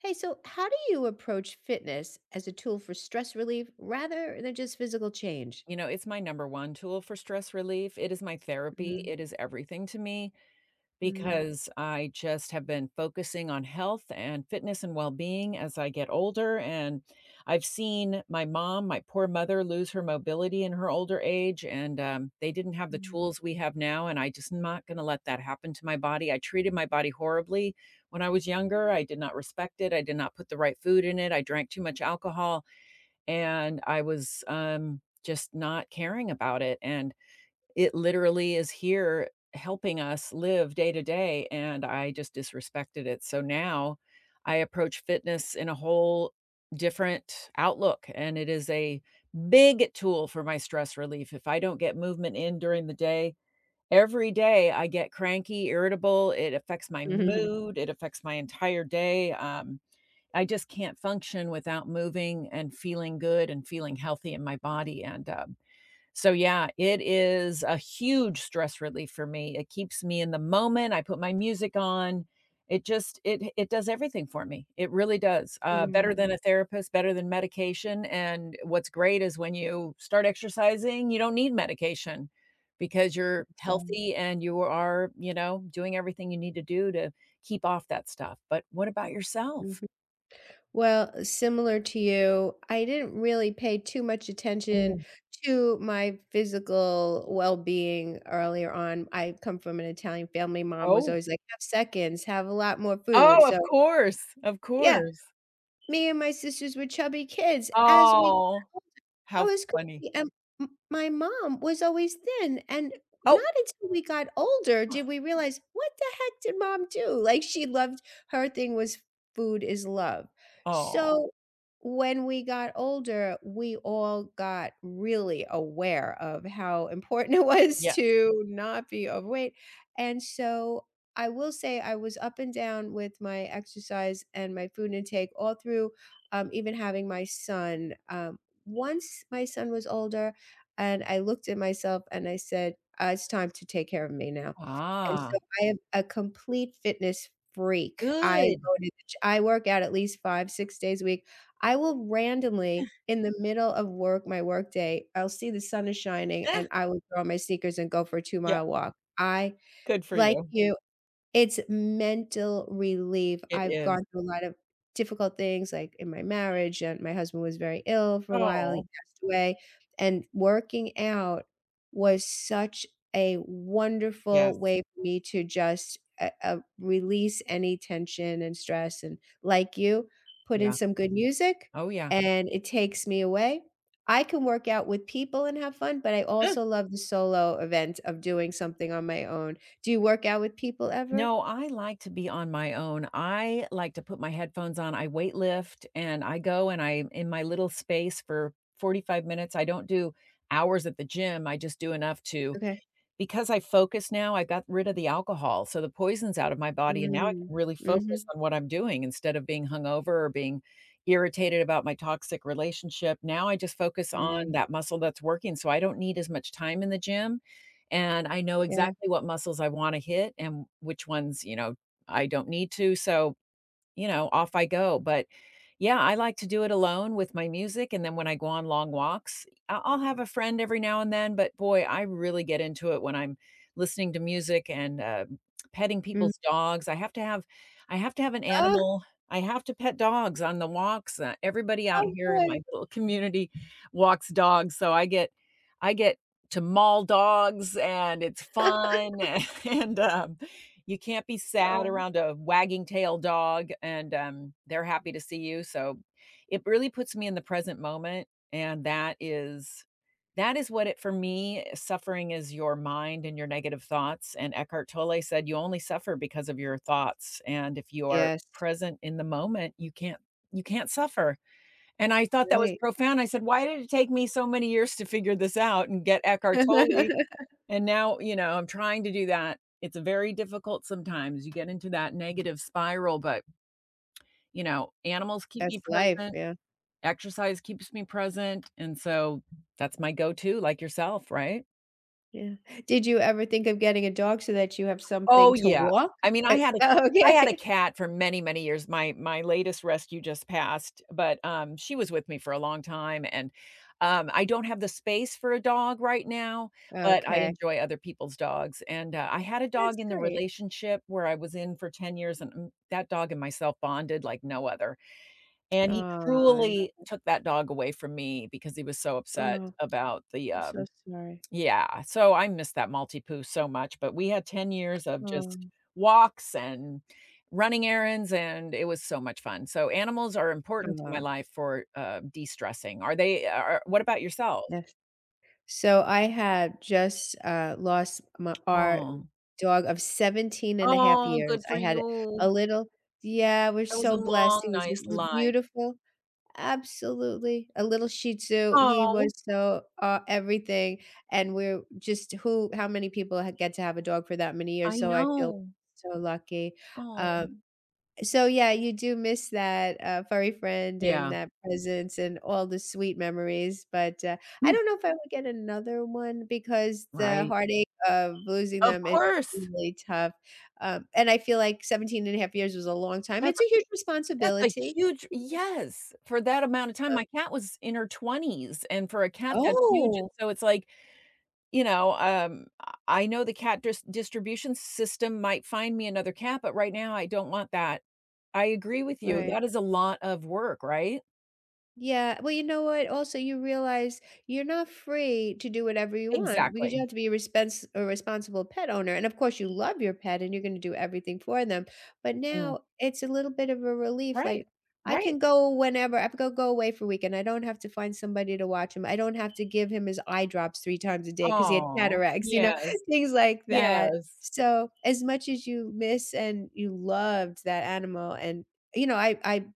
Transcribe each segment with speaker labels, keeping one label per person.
Speaker 1: Hey, so how do you approach fitness as a tool for stress relief rather than just physical change?
Speaker 2: You know, it's my number one tool for stress relief. It is my therapy.
Speaker 1: Mm,
Speaker 2: It is everything to me
Speaker 1: mm,
Speaker 2: because I just have been focusing on health and fitness and well being as I get older. And I've seen my mom, my poor mother, lose her mobility in her older age. And they didn't have the
Speaker 1: mm,
Speaker 2: tools we have now. And I just not going to let that happen to my body. I treated my body horribly when I was younger. I did not respect it. I did not put the right food in it. I drank too much alcohol. And I was, just not caring about it, and it literally is here helping us live day to day, and I just disrespected it. So now I approach fitness in a whole different outlook, and it is a big tool for my stress relief. If I don't get movement in during the day, every day I get cranky, irritable, it affects my
Speaker 1: Mhm.
Speaker 2: mood, it affects my entire day. I just can't function without moving and feeling good and feeling healthy in my body, and so yeah, it is a huge stress relief for me. It keeps me in the moment, I put my music on. It just it it does everything for me. It really does, better than
Speaker 1: Mm.
Speaker 2: a therapist, better than medication, and what's great is when you start exercising, you don't need medication because you're
Speaker 1: That's right.
Speaker 2: healthy and you are, doing everything you need to do to keep off that stuff. But what about
Speaker 1: Mhm.
Speaker 2: yourself?
Speaker 1: Well, similar to you, I didn't really pay too much attention to my physical well-being earlier on. I come from an Italian family. Mom was
Speaker 2: Oh.
Speaker 1: always like, "Have seconds, have a lot more food."
Speaker 2: Oh,
Speaker 1: So,
Speaker 2: of course, of
Speaker 1: yeah,
Speaker 2: course.
Speaker 1: me and my sisters were chubby kids as we...
Speaker 2: Oh, how
Speaker 1: Oh, it's
Speaker 2: funny.
Speaker 1: crazy, and m my mom was always thin, and
Speaker 2: Oh.
Speaker 1: not until we got older did we realize, "What the heck did mom do?" Like, she loved her thing was food is love.
Speaker 2: Oh,
Speaker 1: So, when we got older, we all got really aware of how important it was
Speaker 2: yes.
Speaker 1: to not be overweight, and so, I will say I was up and down with my exercise and my food intake all through, even having my son, once my son was older and I looked at myself and I said, "It's time to take care of me now." And so
Speaker 2: Ah,
Speaker 1: I am a complete fitness freak. I
Speaker 2: good.
Speaker 1: go to the g I work out at least 5, 6 days a week. I will randomly, in the middle of work my workday, I'll see the sun is shining,
Speaker 2: Eh,
Speaker 1: and I will throw on my sneakers and go for a
Speaker 2: yeah,
Speaker 1: two-mile walk. I,
Speaker 2: good for
Speaker 1: like
Speaker 2: you.
Speaker 1: you, it's mental relief.
Speaker 2: It
Speaker 1: I've
Speaker 2: is.
Speaker 1: gone through a lot of difficult things, like, in my marriage, and my husband was very ill for a while, he
Speaker 2: Oh,
Speaker 1: passed away, and working out was such a
Speaker 2: yes.
Speaker 1: wonderful way for me to just, release any tension and stress, and like you, put in
Speaker 2: Yeah.
Speaker 1: some good music,
Speaker 2: Oh, yeah.
Speaker 1: and it takes me away. I can work out with people and have fun, but I
Speaker 2: Eh.
Speaker 1: also love the solo event of doing something on my own. Do you work out with people ever?
Speaker 2: No, I like to be on my own. I like to put my headphones on, I weight lift, and I go and I'm in my little space for 45 minutes. I don't do hours at the gym, I just do enough to.
Speaker 1: Okay.
Speaker 2: Because I focus now, I got rid of the alcohol, so the poison's out of my body, and now I
Speaker 1: Mm.
Speaker 2: can really focus
Speaker 1: Mhm.
Speaker 2: on what I'm doing instead of being hungover or being irritated about my toxic relationship. Now I just focus
Speaker 1: Yeah.
Speaker 2: on that muscle that's working, so I don't need as much time in the gym, and I know
Speaker 1: Yeah.
Speaker 2: exactly what muscles I wanna hit and which ones, you know, I don't need to, so you know, off I go. But yeah, I like to do it alone with my music. And then when I go on long walks, I'll have a friend every now and then. But boy, I really get into it when I'm listening to music and petting
Speaker 1: Mm.
Speaker 2: people's dogs. I have to have an
Speaker 1: Oh,
Speaker 2: animal. I have to pet dogs on the walks. Everybody out
Speaker 1: oh,
Speaker 2: here in my
Speaker 1: boy.
Speaker 2: little community walks dogs, so I get to maul dogs, and it's fun. And you can't be sad
Speaker 1: Oh,
Speaker 2: around a wagging tail dog, and, they're happy to see you, so it really puts me in the present moment, and that is what it for me, eh, suffering is your mind and your negative thoughts, and Eckhart Tolle said, "You only suffer because of your thoughts, and if you are
Speaker 1: yes,
Speaker 2: present in the moment, you can't suffer," and I thought that was
Speaker 1: right.
Speaker 2: profound. I said, "Why did it take me so many years to figure this out and get Eckhart Tolle?" And now, you know, I'm trying to do that. It's very difficult sometimes. You get into that negative spiral, but, you know, animals keep
Speaker 1: That's
Speaker 2: me
Speaker 1: life,
Speaker 2: present,
Speaker 1: yeah.
Speaker 2: exercise keeps me present, and so that's my go-to, like yourself, right?
Speaker 1: Yeah. Did you ever think of getting a dog so that you have
Speaker 2: Oh,
Speaker 1: something to
Speaker 2: yeah.
Speaker 1: walk?
Speaker 2: I mean, I had a
Speaker 1: Oh,
Speaker 2: I had a
Speaker 1: okay.
Speaker 2: cat for many, many years. My latest rescue just passed, but, she was with me for a long time, and I don't have the space for a dog right now, but I
Speaker 1: Okay.
Speaker 2: enjoy other people's dogs, and, I had a
Speaker 1: That's
Speaker 2: dog in the
Speaker 1: great.
Speaker 2: relationship where I was in for 10 years, and, mm, that dog and myself bonded like no other, and
Speaker 1: Oh,
Speaker 2: he
Speaker 1: I
Speaker 2: cruelly
Speaker 1: love...
Speaker 2: took that dog away from me because he was so upset
Speaker 1: Oh,
Speaker 2: about the,
Speaker 1: I'm so
Speaker 2: um
Speaker 1: sorry.
Speaker 2: Yeah, so I miss that multi-poo so much, but we had 10 years of
Speaker 1: Oh.
Speaker 2: just walks and running errands, and it was so much fun. So animals are important to my
Speaker 1: Oh,
Speaker 2: life for, de-stressing. Are they are what about yourself?
Speaker 1: that's... So I have just, lost my our
Speaker 2: Oh.
Speaker 1: dog of 17 and a half
Speaker 2: Oh, good
Speaker 1: years. I
Speaker 2: for
Speaker 1: had
Speaker 2: you.
Speaker 1: a little... Yeah, we're
Speaker 2: That was
Speaker 1: so
Speaker 2: a
Speaker 1: blessed.
Speaker 2: long,
Speaker 1: He was
Speaker 2: nice
Speaker 1: just l
Speaker 2: life.
Speaker 1: beautiful. Absolutely. A little Shih Tzu. He
Speaker 2: Oh,
Speaker 1: was so, everything, and we're just who how many people ha get to have a dog for that many
Speaker 2: I
Speaker 1: years, so I feel
Speaker 2: know.
Speaker 1: so lucky,
Speaker 2: Oh.
Speaker 1: um, so, yeah, you do miss that, furry friend and
Speaker 2: Yeah.
Speaker 1: that presence and all the sweet memories, but, I don't know if I would get another one because the
Speaker 2: Right.
Speaker 1: heartache of losing
Speaker 2: Of
Speaker 1: them is
Speaker 2: course.
Speaker 1: really tough, and I feel like 17 and a half years was a long time.
Speaker 2: That's
Speaker 1: It's a huge
Speaker 2: That's a
Speaker 1: responsibility,
Speaker 2: huge yes. For that amount of time, my
Speaker 1: um...
Speaker 2: cat was in her 20s, and for a cat, that's huge, and
Speaker 1: Oh,
Speaker 2: so it's like, you know, I know the cat distribution system might find me another cat, but right now, I don't want that. I agree with you.
Speaker 1: right.
Speaker 2: That is a lot of work, right?
Speaker 1: Yeah, well, you know what? Also, you realize you're not free to do whatever you want because
Speaker 2: Exactly.
Speaker 1: you have to be a responsible pet owner. And of course, you love your pet and you're going to do everything for them. But
Speaker 2: Mm.
Speaker 1: now it's a little bit of a relief. Like,
Speaker 2: Right.
Speaker 1: I
Speaker 2: Right.
Speaker 1: can go whenever. I can go away for a weekend. I don't have to find somebody to watch him. I don't have to give him his eye drops 3 times a day because he had
Speaker 2: Oh
Speaker 1: cataracts, you know,
Speaker 2: yes.
Speaker 1: things like that.
Speaker 2: Yes.
Speaker 1: So, as much as you miss and you loved that animal and you know, I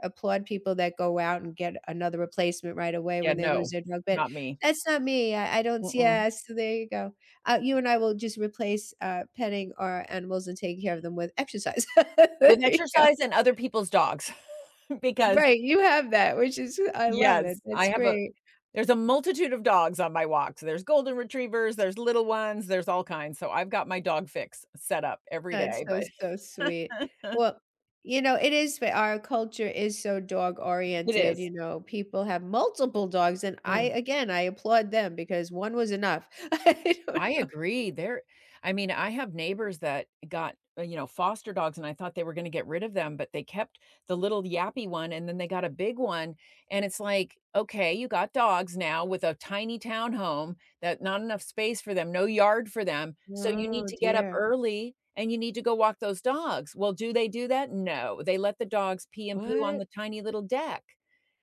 Speaker 1: applaud people that go out and get another replacement right away
Speaker 2: Yeah,
Speaker 1: when they lose
Speaker 2: no.
Speaker 1: their drug, but
Speaker 2: Not me.
Speaker 1: that's not me. I don't,
Speaker 2: Mm-mm.
Speaker 1: yeah, so there you go. You and I will just replace, petting our animals and taking care of them with exercise. There
Speaker 2: With
Speaker 1: you go.
Speaker 2: exercise and other people's dogs because
Speaker 1: Right, you have that, which is I love it.
Speaker 2: yes, I
Speaker 1: That's
Speaker 2: have a
Speaker 1: great.
Speaker 2: there's a multitude of dogs on my walks. There's golden retrievers, there's little ones, there's all kinds, so I've got my dog fix set up every
Speaker 1: That's
Speaker 2: day,
Speaker 1: so,
Speaker 2: but
Speaker 1: so sweet. Well, you know, it is, but our culture is so dog
Speaker 2: it
Speaker 1: oriented,
Speaker 2: is.
Speaker 1: you know, people have multiple dogs, and I,
Speaker 2: Mm.
Speaker 1: again, I applaud them because 1 was enough. I don't
Speaker 2: I
Speaker 1: know.
Speaker 2: agree. There I mean, I have neighbors that got, you know, foster dogs and I thought they were gonna get rid of them, but they kept the little yappy one and then they got a big one. And it's like, okay, you got dogs now with a tiny townhome that not enough space for them, no yard for them. So you need
Speaker 1: Oh,
Speaker 2: to get up
Speaker 1: dear.
Speaker 2: early and you need to go walk those dogs. Well, do they do that? No. They let the dogs pee and poo on
Speaker 1: What?
Speaker 2: the tiny little deck.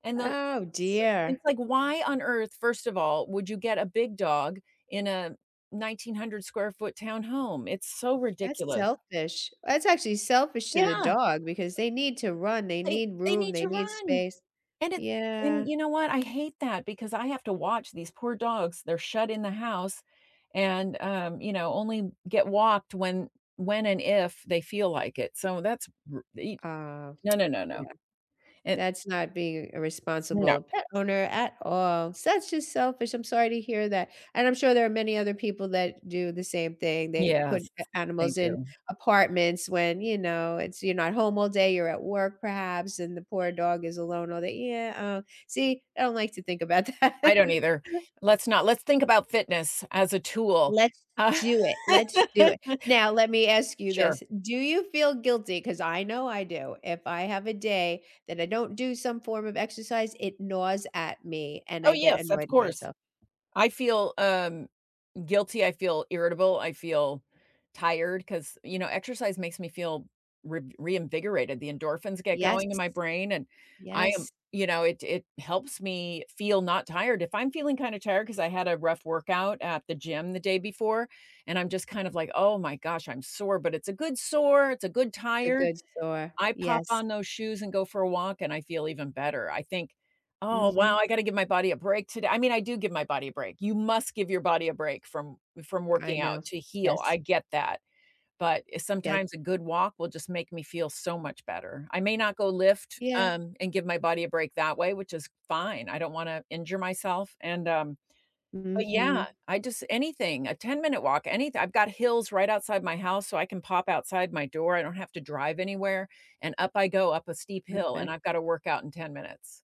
Speaker 2: And the
Speaker 1: Oh,
Speaker 2: So,
Speaker 1: dear.
Speaker 2: it's like, why on earth, first of all, would you get a big dog in a 1,900 square foot townhome. It's so
Speaker 1: That's
Speaker 2: ridiculous.
Speaker 1: selfish. That's actually selfish to the
Speaker 2: Yeah,
Speaker 1: dog because they need to run, they need
Speaker 2: they
Speaker 1: room,
Speaker 2: need
Speaker 1: they
Speaker 2: to
Speaker 1: need
Speaker 2: run,
Speaker 1: space.
Speaker 2: and it and
Speaker 1: Yeah.
Speaker 2: you know what? I hate that because I have to watch these poor dogs. They're shut in the house and, you know, only get walked when and if they feel like it. So that's r e
Speaker 1: Oh,
Speaker 2: no, no, no, no,
Speaker 1: yeah.
Speaker 2: and
Speaker 1: That's not being a
Speaker 2: no.
Speaker 1: responsible pet owner at all. So that's just selfish. I'm sorry to hear that, and I'm sure there are many other people that do the same thing. They put
Speaker 2: Yes,
Speaker 1: a
Speaker 2: they
Speaker 1: animals in
Speaker 2: do.
Speaker 1: apartments when, you know, it's you're not home all day, you're at work perhaps, and the poor dog is alone all day. Yeah, see, I don't like to think about that.
Speaker 2: I don't either. Let's not Let's think about fitness as a tool.
Speaker 1: Let's
Speaker 2: Uh
Speaker 1: do it, let's do it. Now let me ask you
Speaker 2: Sure.
Speaker 1: this, do you feel guilty? Because I know I do, if I have a day that I don't do some form of exercise, it gnaws at me and
Speaker 2: Oh,
Speaker 1: I get
Speaker 2: yes, of
Speaker 1: annoyed at
Speaker 2: course.
Speaker 1: myself.
Speaker 2: I feel, guilty, I feel irritable, I feel tired because you know, exercise makes me feel re reinvigorated, the endorphins get
Speaker 1: Yes,
Speaker 2: going in my brain, and I am
Speaker 1: yes,
Speaker 2: you know, it helps me feel not tired. If I'm feeling kinda tired because I had a rough workout at the gym the day before, and I'm just kind of like, "Oh my gosh, I'm sore," but it's a good sore, it's a good
Speaker 1: it's a
Speaker 2: tired,
Speaker 1: good sore.
Speaker 2: I pop
Speaker 1: Yes,
Speaker 2: on those shoes and go for a walk, and I feel even better. I think, "Oh, wow,
Speaker 1: mhm,
Speaker 2: I gotta give my body a break today." I mean, I do give my body a break. You must give your body a break from
Speaker 1: I
Speaker 2: working
Speaker 1: know.
Speaker 2: out to heal. I
Speaker 1: Yes,
Speaker 2: get that, but
Speaker 1: yes.
Speaker 2: sometimes a good walk will just make me feel so much better. I may not go lift,
Speaker 1: Yeah,
Speaker 2: and give my body a break that way, which is fine. I don't wanna injure myself, and. But yeah,
Speaker 1: mhm,
Speaker 2: I just anything, a ten-minute walk, anything. I've got hills right outside my house, so I can pop outside my door. I don't have to drive anywhere, and up I go up a steep hill, and
Speaker 1: okay.
Speaker 2: I've gotta work out in 10 minutes.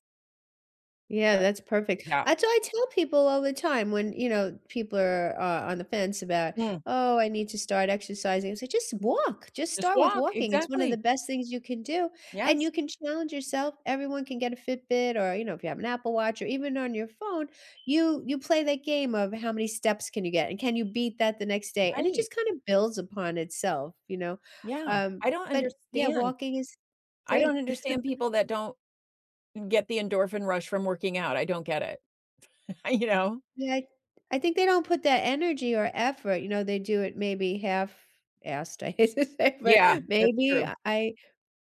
Speaker 1: Yeah,
Speaker 2: So
Speaker 1: that's perfect.
Speaker 2: yeah.
Speaker 1: That's what I tell people all the time when, you know, people are, on the fence about,
Speaker 2: Mm.
Speaker 1: "Oh, I need to start exercising." I say, "Just walk. Just
Speaker 2: Just
Speaker 1: start with
Speaker 2: walk,
Speaker 1: walking. It's one of the
Speaker 2: exactly.
Speaker 1: best things you can do, and
Speaker 2: Yes,
Speaker 1: you can challenge yourself. Everyone can get a Fitbit or, you know, if you have an Apple Watch or even on your phone, you play that game of how many steps can you get and can you beat that the next day, and it
Speaker 2: right.
Speaker 1: just kind of builds upon itself, you know?
Speaker 2: Yeah.
Speaker 1: Um,
Speaker 2: I don't
Speaker 1: but yeah,
Speaker 2: understand
Speaker 1: walking is
Speaker 2: I don't
Speaker 1: free.
Speaker 2: understand people that don't get the endorphin rush from working out. I don't get it, you know?
Speaker 1: Yeah, I think they don't put that energy or effort, you know, they do it maybe half-assed, I hate to say, but
Speaker 2: Yeah, that's
Speaker 1: maybe
Speaker 2: true.
Speaker 1: I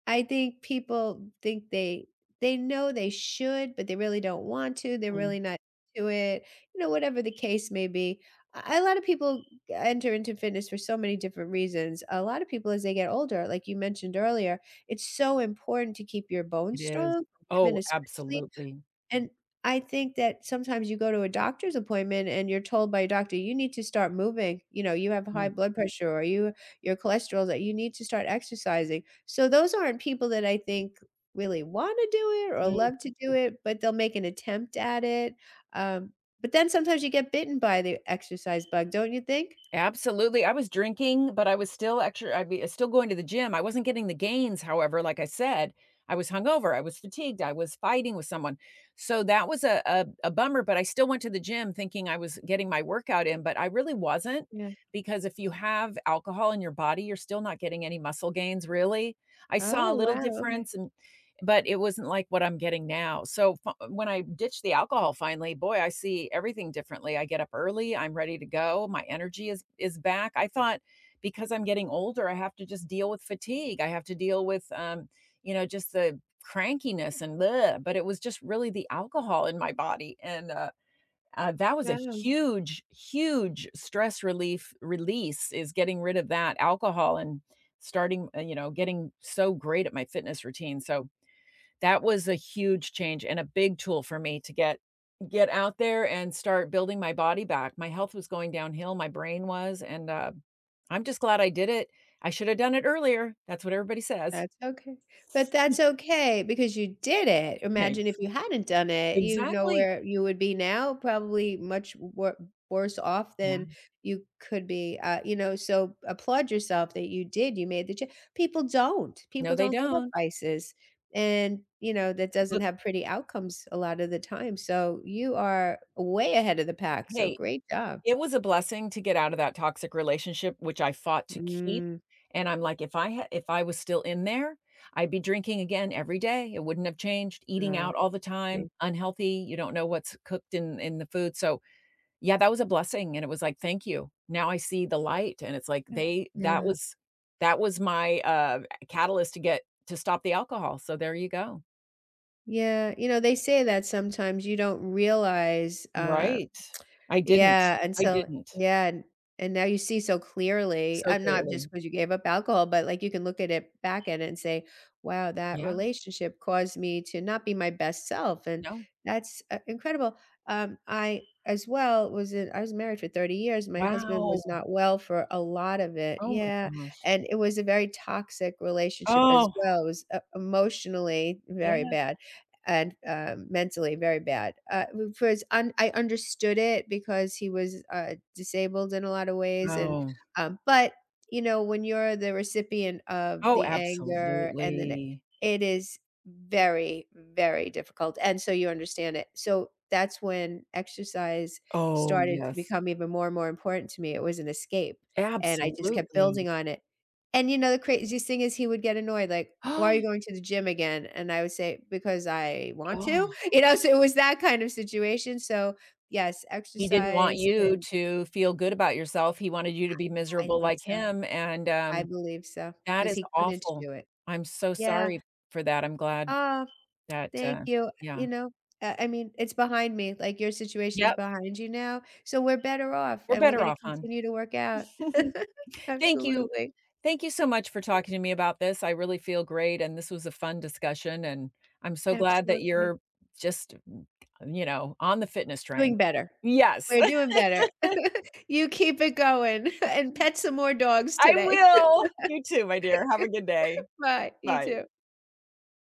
Speaker 1: I think people think they know they should, but they really don't want to, they're
Speaker 2: Mm,
Speaker 1: really not into it, you know, whatever the case may be. A lot of people enter into fitness for so many different reasons. A lot of people as they get older, like you mentioned earlier, it's so important to keep your
Speaker 2: it
Speaker 1: bones
Speaker 2: is.
Speaker 1: strong, women
Speaker 2: Oh,
Speaker 1: especially.
Speaker 2: absolutely.
Speaker 1: And I think that sometimes you go to a doctor's appointment and you're told by a doctor, "You need to start moving. You know, you have
Speaker 2: Mm,
Speaker 1: high blood pressure or your cholesterol's that you need to start exercising." So those aren't people that I think really wanna do it or
Speaker 2: mm.
Speaker 1: love to do it, but they'll make an attempt at it. Um, but then sometimes you get bitten by the exercise bug, don't you think?
Speaker 2: Absolutely, I was drinking, but I was still actually I be still going to the gym, I wasn't getting the gains, however, like I said, I was hungover, I was fatigued, I was fighting with someone, so that was a bummer, but I still went to the gym thinking I was getting my workout in, but I really wasn't,
Speaker 1: Yeah.
Speaker 2: because if you have alcohol in your body, you're still not getting any muscle gains, really. I saw a
Speaker 1: Oh,
Speaker 2: little
Speaker 1: wow, okay.
Speaker 2: difference but it wasn't like what I'm getting now. So f when I ditched the alcohol finally, boy, I see everything differently. I get up early, I'm ready to go, my energy is back. I thought because I'm getting older, I have to just deal with fatigue. I have to deal with, you know, just the crankiness and bleh, but it was just really the alcohol in my body, and that was a
Speaker 1: Wow.
Speaker 2: huge, huge stress relief release is getting rid of that alcohol and starting, you know, getting so great at my fitness routine. So that was a huge change and a big tool for me to get out there and start building my body back. My health was going downhill, my brain was, and I'm just glad I did it. I should have done it earlier. That's what everybody says.
Speaker 1: That's okay. But that's okay because you did it. Imagine
Speaker 2: Thanks.
Speaker 1: if you hadn't done it, you know
Speaker 2: Exactly.
Speaker 1: where you would be now, probably much worse off
Speaker 2: Yeah.
Speaker 1: than you could be, you know, so applaud yourself that you did, you made the cha People don't.
Speaker 2: No,
Speaker 1: People
Speaker 2: they
Speaker 1: don't give up
Speaker 2: don't.
Speaker 1: vices, and, you know, that doesn't
Speaker 2: But,
Speaker 1: have pretty outcomes a lot of the time, so you are way ahead of the pack, so
Speaker 2: hey,
Speaker 1: great job.
Speaker 2: it was a blessing to get out of that toxic relationship, which I fought to keep,
Speaker 1: Mm,
Speaker 2: and I'm like, If I was still in there, I'd be drinking again every day, it wouldn't have changed, eating
Speaker 1: uh,
Speaker 2: out all the time,
Speaker 1: see?
Speaker 2: unhealthy, you don't know what's cooked in the food," so, yeah, that was a blessing, and it was like, "Thank you, now I see the light," and it's like,
Speaker 1: Yeah.
Speaker 2: they
Speaker 1: Yeah.
Speaker 2: that was my, catalyst to get to stop the alcohol, so there you go.
Speaker 1: Yeah, you know, they say that sometimes you don't realize, uh,
Speaker 2: Right. I didn't.
Speaker 1: yeah,
Speaker 2: I
Speaker 1: until
Speaker 2: didn't.
Speaker 1: yeah, and now you see so clearly,
Speaker 2: So
Speaker 1: I'm not just
Speaker 2: clearly.
Speaker 1: because you gave up alcohol, but, like, you can look at it back at it and say, "Wow, that
Speaker 2: Yeah,
Speaker 1: relationship caused me to not be my best self," and
Speaker 2: no.
Speaker 1: that's, incredible. I, as well, was in I was married for 30 years, my husband
Speaker 2: Wow.
Speaker 1: was not well for a lot of it,
Speaker 2: Oh my
Speaker 1: yeah,
Speaker 2: gosh.
Speaker 1: and it was a very toxic relationship as
Speaker 2: Oh,
Speaker 1: well, it was, emotionally very
Speaker 2: yeah.
Speaker 1: bad and mentally very bad. Because I understood it because he was disabled in a lot of ways, and
Speaker 2: Oh,
Speaker 1: but you know when you're the recipient of
Speaker 2: oh,
Speaker 1: the anger and then
Speaker 2: absolutely.
Speaker 1: it is very, very difficult, and so you understand it. So that's when exercise
Speaker 2: Oh,
Speaker 1: started to
Speaker 2: yes.
Speaker 1: become even more and more important to me. It was an escape, and I just kept
Speaker 2: Absolutely.
Speaker 1: building on it and you know, the craziest thing is he would get annoyed, like, "Why are you going to the gym again?" And I would say, "Because I want to."
Speaker 2: Oh.
Speaker 1: You know, so it was that kind of situation. So, yes,
Speaker 2: He didn't want
Speaker 1: exercise
Speaker 2: you
Speaker 1: can...
Speaker 2: to feel good about yourself, he wanted you to be
Speaker 1: I
Speaker 2: miserable
Speaker 1: think
Speaker 2: like
Speaker 1: so.
Speaker 2: him, and,
Speaker 1: I
Speaker 2: um,
Speaker 1: believe so
Speaker 2: that
Speaker 1: because
Speaker 2: is
Speaker 1: he couldn't
Speaker 2: awful.
Speaker 1: do it.
Speaker 2: I'm so
Speaker 1: Yeah.
Speaker 2: sorry for that, I'm glad
Speaker 1: Oh,
Speaker 2: that,
Speaker 1: thank
Speaker 2: uh
Speaker 1: you.
Speaker 2: Yeah.
Speaker 1: You know, I mean, it's behind me, like, your situation's
Speaker 2: Yep,
Speaker 1: behind you now, so we're better off,
Speaker 2: we're
Speaker 1: and we're
Speaker 2: better
Speaker 1: gonna
Speaker 2: off, hon.
Speaker 1: continue to work out.
Speaker 2: Thank you.
Speaker 1: Absolutely.
Speaker 2: Thank you so much for talking to me about this. I really feel great, and this was a fun discussion, and I'm so glad that
Speaker 1: Absolutely.
Speaker 2: you're just, mm, you know, on the fitness train.
Speaker 1: Doing better.
Speaker 2: Yes,
Speaker 1: We're doing better. You keep it going and pet some more dogs
Speaker 2: I
Speaker 1: today.
Speaker 2: will. You too, my dear. Have a good day.
Speaker 1: Bye. You
Speaker 2: Bye.
Speaker 1: too.